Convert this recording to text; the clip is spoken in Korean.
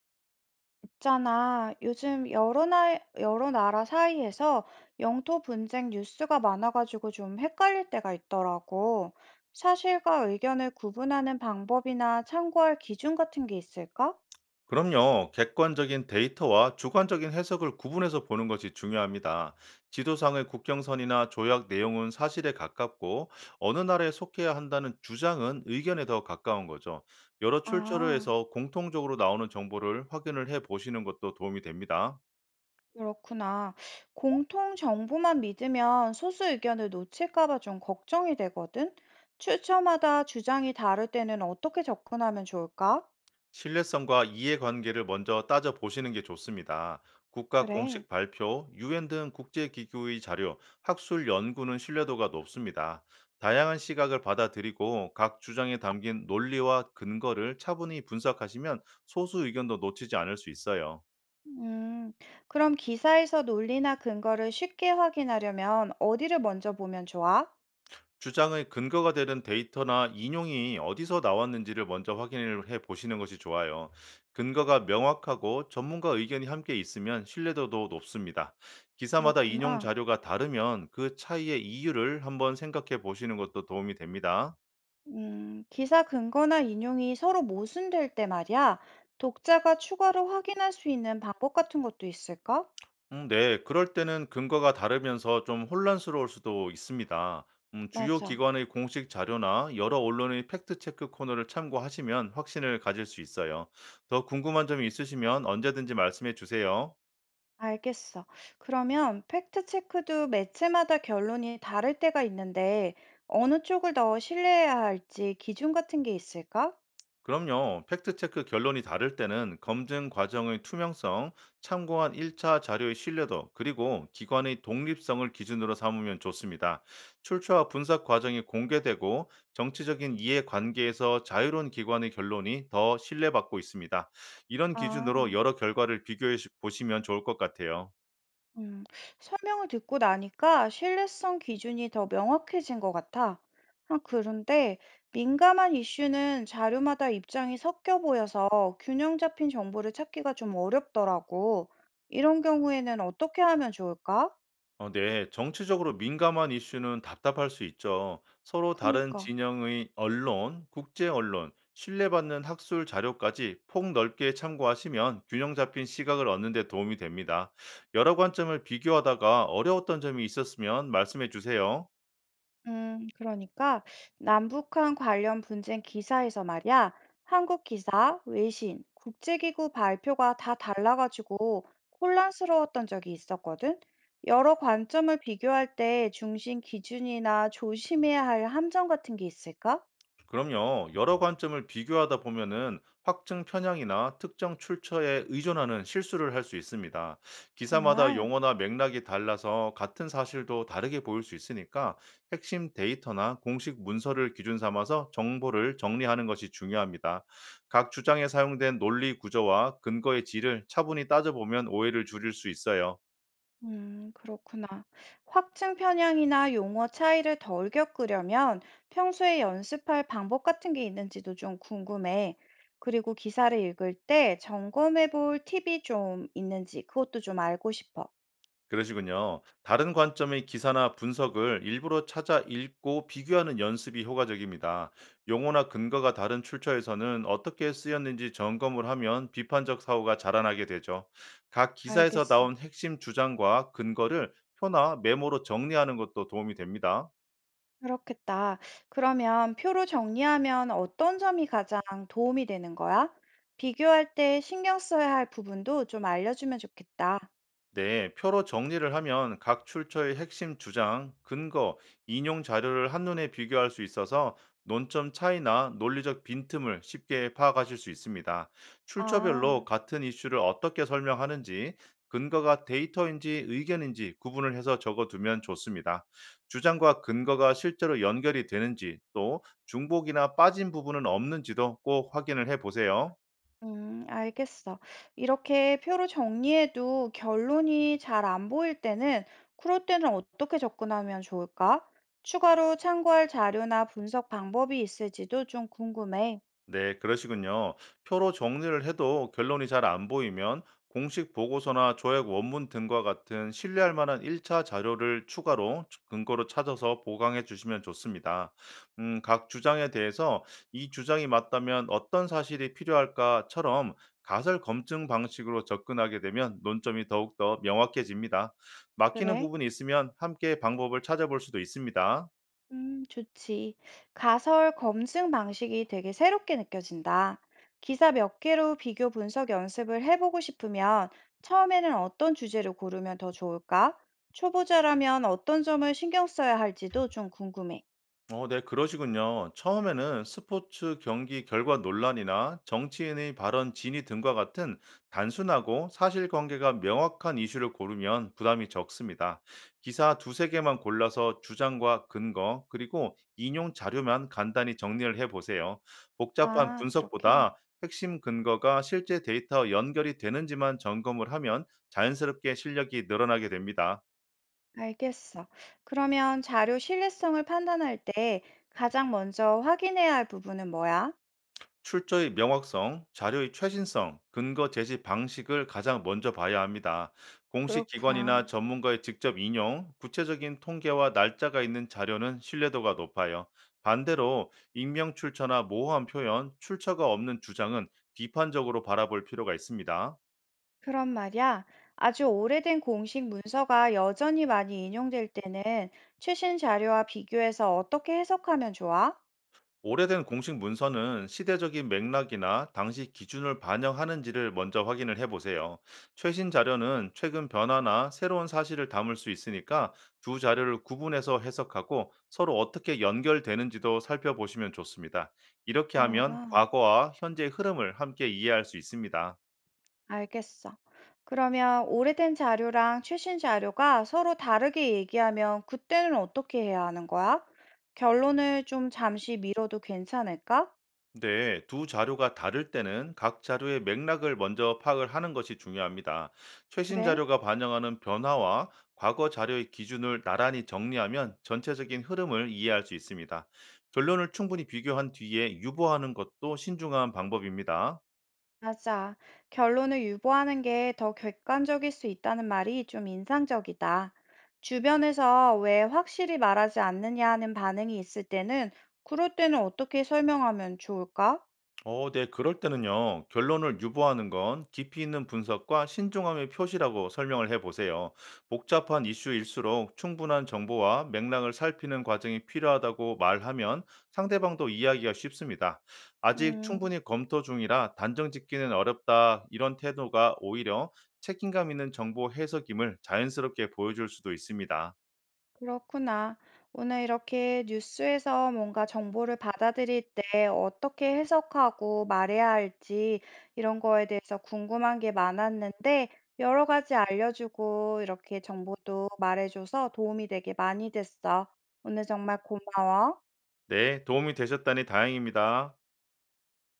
있잖아. 요즘 여러 나라 사이에서 영토 분쟁 뉴스가 많아가지고 좀 헷갈릴 때가 있더라고. 사실과 의견을 구분하는 방법이나 참고할 기준 같은 게 있을까? 그럼요. 객관적인 데이터와 주관적인 해석을 구분해서 보는 것이 중요합니다. 지도상의 국경선이나 조약 내용은 사실에 가깝고 어느 나라에 속해야 한다는 주장은 의견에 더 가까운 거죠. 여러 출처를 아, 해서 공통적으로 나오는 정보를 확인을 해 보시는 것도 도움이 됩니다. 그렇구나. 공통 정보만 믿으면 소수 의견을 놓칠까 봐 좀 걱정이 되거든. 출처마다 주장이 다를 때는 어떻게 접근하면 좋을까? 신뢰성과 이해관계를 먼저 따져보시는 게 좋습니다. 국가 그래. 공식 발표, 유엔 등 국제기구의 자료, 학술 연구는 신뢰도가 높습니다. 다양한 시각을 받아들이고 각 주장에 담긴 논리와 근거를 차분히 분석하시면 소수 의견도 놓치지 않을 수 있어요. 음, 그럼 기사에서 논리나 근거를 쉽게 확인하려면 어디를 먼저 보면 좋아? 주장의 근거가 되는 데이터나 인용이 어디서 나왔는지를 먼저 확인을 해 보시는 것이 좋아요. 근거가 명확하고 전문가 의견이 함께 있으면 신뢰도도 높습니다. 기사마다 인용 그렇구나. 자료가 다르면 그 차이의 이유를 한번 생각해 보시는 것도 도움이 됩니다. 기사 근거나 인용이 서로 모순될 때 말이야. 독자가 추가로 확인할 수 있는 방법 같은 것도 있을까? 네, 그럴 때는 근거가 다르면서 좀 혼란스러울 수도 있습니다. 주요 맞아. 기관의 공식 자료나 여러 언론의 팩트체크 코너를 참고하시면 확신을 가질 수 있어요. 더 궁금한 점이 있으시면 언제든지 말씀해 주세요. 알겠어. 그러면 팩트체크도 매체마다 결론이 다를 때가 있는데, 어느 쪽을 더 신뢰해야 할지 기준 같은 게 있을까? 그럼요. 팩트체크 결론이 다를 때는 검증 과정의 투명성, 참고한 1차 자료의 신뢰도, 그리고 기관의 독립성을 기준으로 삼으면 좋습니다. 출처와 분석 과정이 공개되고 정치적인 이해 관계에서 자유로운 기관의 결론이 더 신뢰받고 있습니다. 이런 기준으로 아. 여러 결과를 비교해 보시면 좋을 것 같아요. 음, 설명을 듣고 나니까 신뢰성 기준이 더 명확해진 것 같아. 아, 그런데 민감한 이슈는 자료마다 입장이 섞여 보여서 균형 잡힌 정보를 찾기가 좀 어렵더라고. 이런 경우에는 어떻게 하면 좋을까? 네. 정치적으로 민감한 이슈는 답답할 수 있죠. 서로 다른 그니까. 진영의 언론, 국제 언론, 신뢰받는 학술 자료까지 폭넓게 참고하시면 균형 잡힌 시각을 얻는 데 도움이 됩니다. 여러 관점을 비교하다가 어려웠던 점이 있었으면 말씀해 주세요. 그러니까 남북한 관련 분쟁 기사에서 말이야, 한국 기사, 외신, 국제기구 발표가 다 달라가지고 혼란스러웠던 적이 있었거든. 여러 관점을 비교할 때 중심 기준이나 조심해야 할 함정 같은 게 있을까? 그럼요. 여러 관점을 비교하다 보면은 확증 편향이나 특정 출처에 의존하는 실수를 할 수 있습니다. 기사마다 정말. 용어나 맥락이 달라서 같은 사실도 다르게 보일 수 있으니까 핵심 데이터나 공식 문서를 기준 삼아서 정보를 정리하는 것이 중요합니다. 각 주장에 사용된 논리 구조와 근거의 질을 차분히 따져보면 오해를 줄일 수 있어요. 그렇구나. 확증 편향이나 용어 차이를 덜 겪으려면 평소에 연습할 방법 같은 게 있는지도 좀 궁금해. 그리고 기사를 읽을 때 점검해 볼 팁이 좀 있는지 그것도 좀 알고 싶어. 그러시군요. 다른 관점의 기사나 분석을 일부러 찾아 읽고 비교하는 연습이 효과적입니다. 용어나 근거가 다른 출처에서는 어떻게 쓰였는지 점검을 하면 비판적 사고가 자라나게 되죠. 각 기사에서 알겠어. 나온 핵심 주장과 근거를 표나 메모로 정리하는 것도 도움이 됩니다. 그렇겠다. 그러면 표로 정리하면 어떤 점이 가장 도움이 되는 거야? 비교할 때 신경 써야 할 부분도 좀 알려주면 좋겠다. 네, 표로 정리를 하면 각 출처의 핵심 주장, 근거, 인용 자료를 한눈에 비교할 수 있어서 논점 차이나 논리적 빈틈을 쉽게 파악하실 수 있습니다. 출처별로 아. 같은 이슈를 어떻게 설명하는지, 근거가 데이터인지 의견인지 구분을 해서 적어두면 좋습니다. 주장과 근거가 실제로 연결이 되는지, 또 중복이나 빠진 부분은 없는지도 꼭 확인을 해 보세요. 알겠어. 이렇게 표로 정리해도 결론이 잘 안 보일 때는, 그럴 때는 어떻게 접근하면 좋을까? 추가로 참고할 자료나 분석 방법이 있을지도 좀 궁금해. 네, 그러시군요. 표로 정리를 해도 결론이 잘 안 보이면 공식 보고서나 조약 원문 등과 같은 신뢰할 만한 1차 자료를 추가로 근거로 찾아서 보강해 주시면 좋습니다. 각 주장에 대해서 이 주장이 맞다면 어떤 사실이 필요할까처럼 가설 검증 방식으로 접근하게 되면 논점이 더욱더 명확해집니다. 막히는 그래? 부분이 있으면 함께 방법을 찾아볼 수도 있습니다. 좋지. 가설 검증 방식이 되게 새롭게 느껴진다. 기사 몇 개로 비교 분석 연습을 해보고 싶으면 처음에는 어떤 주제를 고르면 더 좋을까? 초보자라면 어떤 점을 신경 써야 할지도 좀 궁금해. 네, 그러시군요. 처음에는 스포츠 경기 결과 논란이나 정치인의 발언 진위 등과 같은 단순하고 사실관계가 명확한 이슈를 고르면 부담이 적습니다. 기사 두세 개만 골라서 주장과 근거, 그리고 인용 자료만 간단히 정리를 해보세요. 복잡한 아, 그렇게? 분석보다 핵심 근거가 실제 데이터 연결이 되는지만 점검을 하면 자연스럽게 실력이 늘어나게 됩니다. 알겠어. 그러면 자료 신뢰성을 판단할 때 가장 먼저 확인해야 할 부분은 뭐야? 출처의 명확성, 자료의 최신성, 근거 제시 방식을 가장 먼저 봐야 합니다. 공식 기관이나 그렇구나. 전문가의 직접 인용, 구체적인 통계와 날짜가 있는 자료는 신뢰도가 높아요. 반대로 익명 출처나 모호한 표현, 출처가 없는 주장은 비판적으로 바라볼 필요가 있습니다. 그런 말이야. 아주 오래된 공식 문서가 여전히 많이 인용될 때는 최신 자료와 비교해서 어떻게 해석하면 좋아? 오래된 공식 문서는 시대적인 맥락이나 당시 기준을 반영하는지를 먼저 확인을 해보세요. 최신 자료는 최근 변화나 새로운 사실을 담을 수 있으니까 두 자료를 구분해서 해석하고 서로 어떻게 연결되는지도 살펴보시면 좋습니다. 이렇게 하면 아, 과거와 현재의 흐름을 함께 이해할 수 있습니다. 알겠어. 그러면 오래된 자료랑 최신 자료가 서로 다르게 얘기하면 그때는 어떻게 해야 하는 거야? 결론을 좀 잠시 미뤄도 괜찮을까? 네, 두 자료가 다를 때는 각 자료의 맥락을 먼저 파악을 하는 것이 중요합니다. 최신 그래? 자료가 반영하는 변화와 과거 자료의 기준을 나란히 정리하면 전체적인 흐름을 이해할 수 있습니다. 결론을 충분히 비교한 뒤에 유보하는 것도 신중한 방법입니다. 맞아. 결론을 유보하는 게 더 객관적일 수 있다는 말이 좀 인상적이다. 주변에서 왜 확실히 말하지 않느냐 하는 반응이 있을 때는, 그럴 때는 어떻게 설명하면 좋을까? 네, 그럴 때는요, 결론을 유보하는 건 깊이 있는 분석과 신중함의 표시라고 설명을 해보세요. 복잡한 이슈일수록 충분한 정보와 맥락을 살피는 과정이 필요하다고 말하면 상대방도 이해하기가 쉽습니다. 아직 음. 충분히 검토 중이라 단정 짓기는 어렵다, 이런 태도가 오히려 책임감 있는 정보 해석임을 자연스럽게 보여줄 수도 있습니다. 그렇구나. 오늘 이렇게 뉴스에서 뭔가 정보를 받아들일 때 어떻게 해석하고 말해야 할지 이런 거에 대해서 궁금한 게 많았는데 여러 가지 알려주고 이렇게 정보도 말해줘서 도움이 되게 많이 됐어. 오늘 정말 고마워. 네, 도움이 되셨다니 다행입니다.